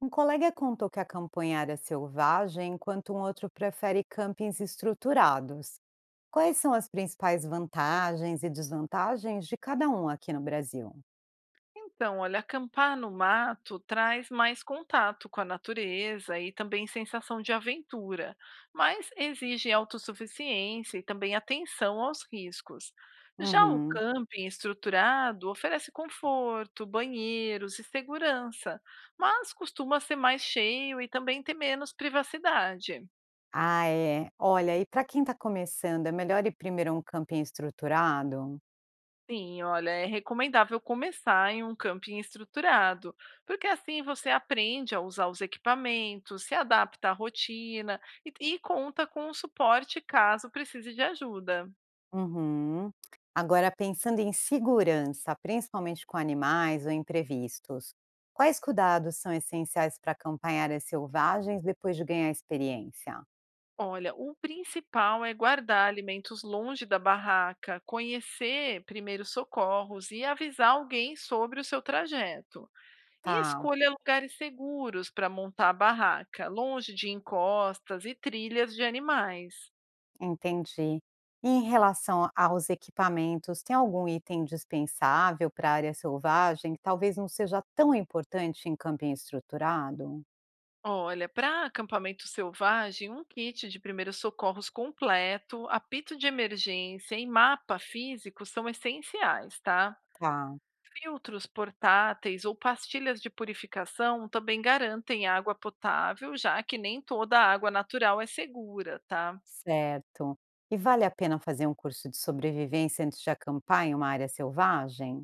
Um colega contou que a campanha é selvagem, enquanto um outro prefere campings estruturados. Quais são as principais vantagens e desvantagens de cada um aqui no Brasil? Então, olha, acampar no mato traz mais contato com a natureza e também sensação de aventura, mas exige autossuficiência e também atenção aos riscos. Já o Uhum. camping estruturado oferece conforto, banheiros e segurança, mas costuma ser mais cheio e também ter menos privacidade. Ah, é. Olha, e para quem está começando, é melhor ir primeiro a um camping estruturado? Sim, olha, é recomendável começar em um camping estruturado, porque assim você aprende a usar os equipamentos, se adapta à rotina e conta com o suporte caso precise de ajuda. Uhum. Agora, pensando em segurança, principalmente com animais ou imprevistos, quais cuidados são essenciais para acompanhar em selvagens depois de ganhar experiência? Olha, o principal é guardar alimentos longe da barraca, conhecer primeiros socorros e avisar alguém sobre o seu trajeto. E Tá. escolha lugares seguros para montar a barraca, longe de encostas e trilhas de animais. Entendi. E em relação aos equipamentos, tem algum item dispensável para a área selvagem que talvez não seja tão importante em camping estruturado? Olha, para acampamento selvagem, um kit de primeiros socorros completo, apito de emergência e mapa físico são essenciais, tá? Tá, Filtros portáteis ou pastilhas de purificação também garantem água potável, já que nem toda a água natural é segura, tá? certo. E vale a pena fazer um curso de sobrevivência antes de acampar em uma área selvagem?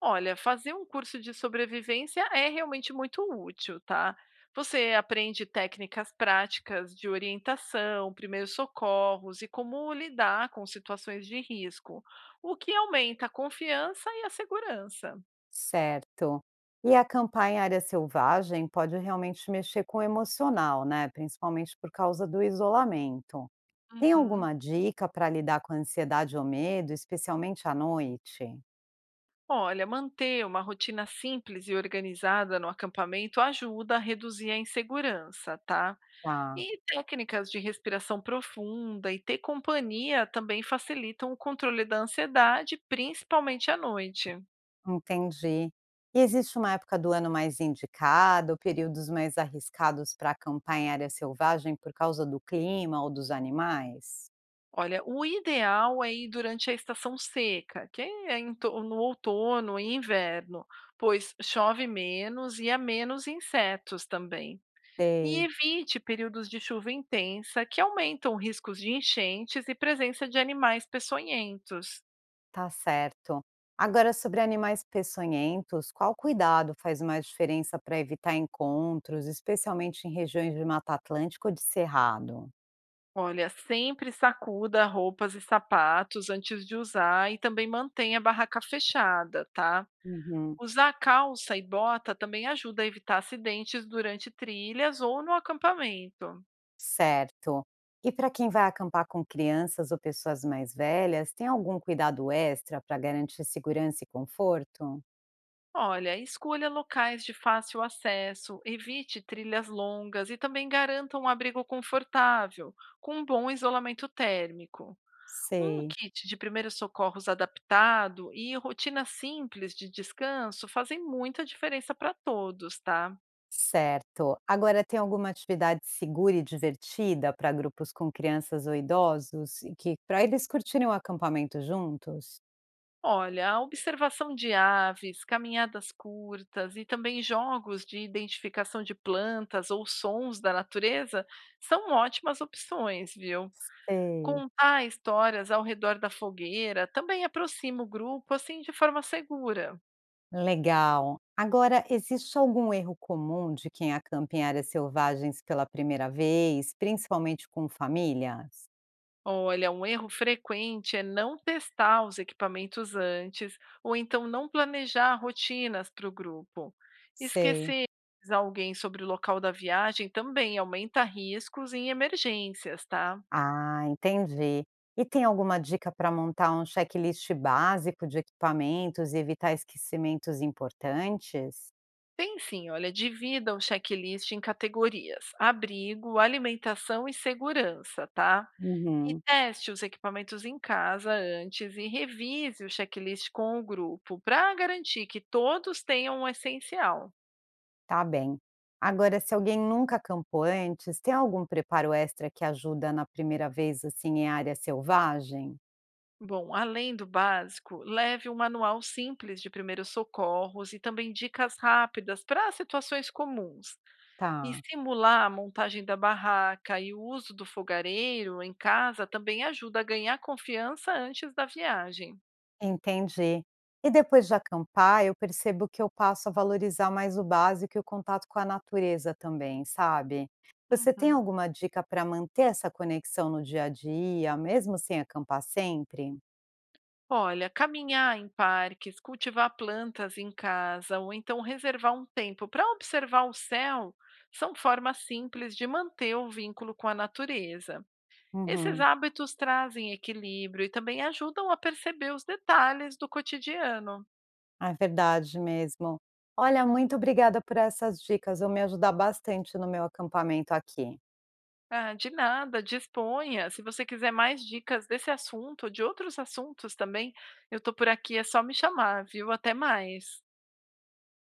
Olha, fazer um curso de sobrevivência é realmente muito útil, tá? Você aprende técnicas práticas de orientação, primeiros socorros e como lidar com situações de risco, o que aumenta a confiança e a segurança. Certo. E acampar em área selvagem pode realmente mexer com o emocional, né? Principalmente por causa do isolamento. Tem Uhum. alguma dica para lidar com a ansiedade ou medo, especialmente à noite? Olha, manter uma rotina simples e organizada no acampamento ajuda a reduzir a insegurança, tá? Tá, E técnicas de respiração profunda e ter companhia também facilitam o controle da ansiedade, principalmente à noite. entendi. E existe uma época do ano mais indicada ou períodos mais arriscados para acampar em área selvagem por causa do clima ou dos animais? Olha, o ideal é ir durante a estação seca, que é no outono e inverno, pois chove menos e há menos insetos também. E Sei, evite períodos de chuva intensa, que aumentam riscos de enchentes e presença de animais peçonhentos. tá certo. Agora, sobre animais peçonhentos, qual cuidado faz mais diferença para evitar encontros, especialmente em regiões de Mata Atlântica ou de Cerrado? Olha, sempre sacuda roupas e sapatos antes de usar e também mantenha a barraca fechada, tá? Uhum. Usar calça e bota também ajuda a evitar acidentes durante trilhas ou no acampamento. Certo. E para quem vai acampar com crianças ou pessoas mais velhas, tem algum cuidado extra para garantir segurança e conforto? Olha, escolha locais de fácil acesso, evite trilhas longas e também garanta um abrigo confortável, com um bom isolamento térmico. Um Sei. kit de primeiros socorros adaptado e rotinas simples de descanso fazem muita diferença para todos, tá? Certo. Agora, tem alguma atividade segura e divertida para grupos com crianças ou idosos e que para eles curtirem o acampamento juntos? Olha, a observação de aves, caminhadas curtas e também jogos de identificação de plantas ou sons da natureza são ótimas opções, viu? Sei. Contar histórias ao redor da fogueira também aproxima o grupo assim de forma segura. Legal. Agora, existe algum erro comum de quem acampa em áreas selvagens pela primeira vez, principalmente com famílias? Olha, um erro frequente é não testar os equipamentos antes, ou então não planejar rotinas para o grupo. Sei. Esquecer alguém sobre o local da viagem também aumenta riscos em emergências, tá? Ah, entendi. E tem alguma dica para montar um checklist básico de equipamentos e evitar esquecimentos importantes? Tem sim, olha, divida o checklist em categorias: abrigo, alimentação e segurança, tá? E Uhum, teste os equipamentos em casa antes e revise o checklist com o grupo para garantir que todos tenham o essencial. tá bem. Agora, se alguém nunca acampou antes, tem algum preparo extra que ajuda na primeira vez assim em área selvagem? Bom, além do básico, leve um manual simples de primeiros socorros e também dicas rápidas para situações comuns. E Tá. simular a montagem da barraca e o uso do fogareiro em casa também ajuda a ganhar confiança antes da viagem. Entendi. E depois de acampar, eu percebo que eu passo a valorizar mais o básico e o contato com a natureza também, sabe? Você tem Uhum. alguma dica para manter essa conexão no dia a dia, mesmo sem acampar sempre? Olha, caminhar em parques, cultivar plantas em casa ou então reservar um tempo para observar o céu são formas simples de manter o vínculo com a natureza. Esses Uhum, hábitos trazem equilíbrio e também ajudam a perceber os detalhes do cotidiano. é verdade mesmo. Olha, muito obrigada por essas dicas, vão me ajudar bastante no meu acampamento aqui. Ah, de nada, disponha. Se você quiser mais dicas desse assunto, de outros assuntos também, eu estou por aqui, é só me chamar, viu? Até mais.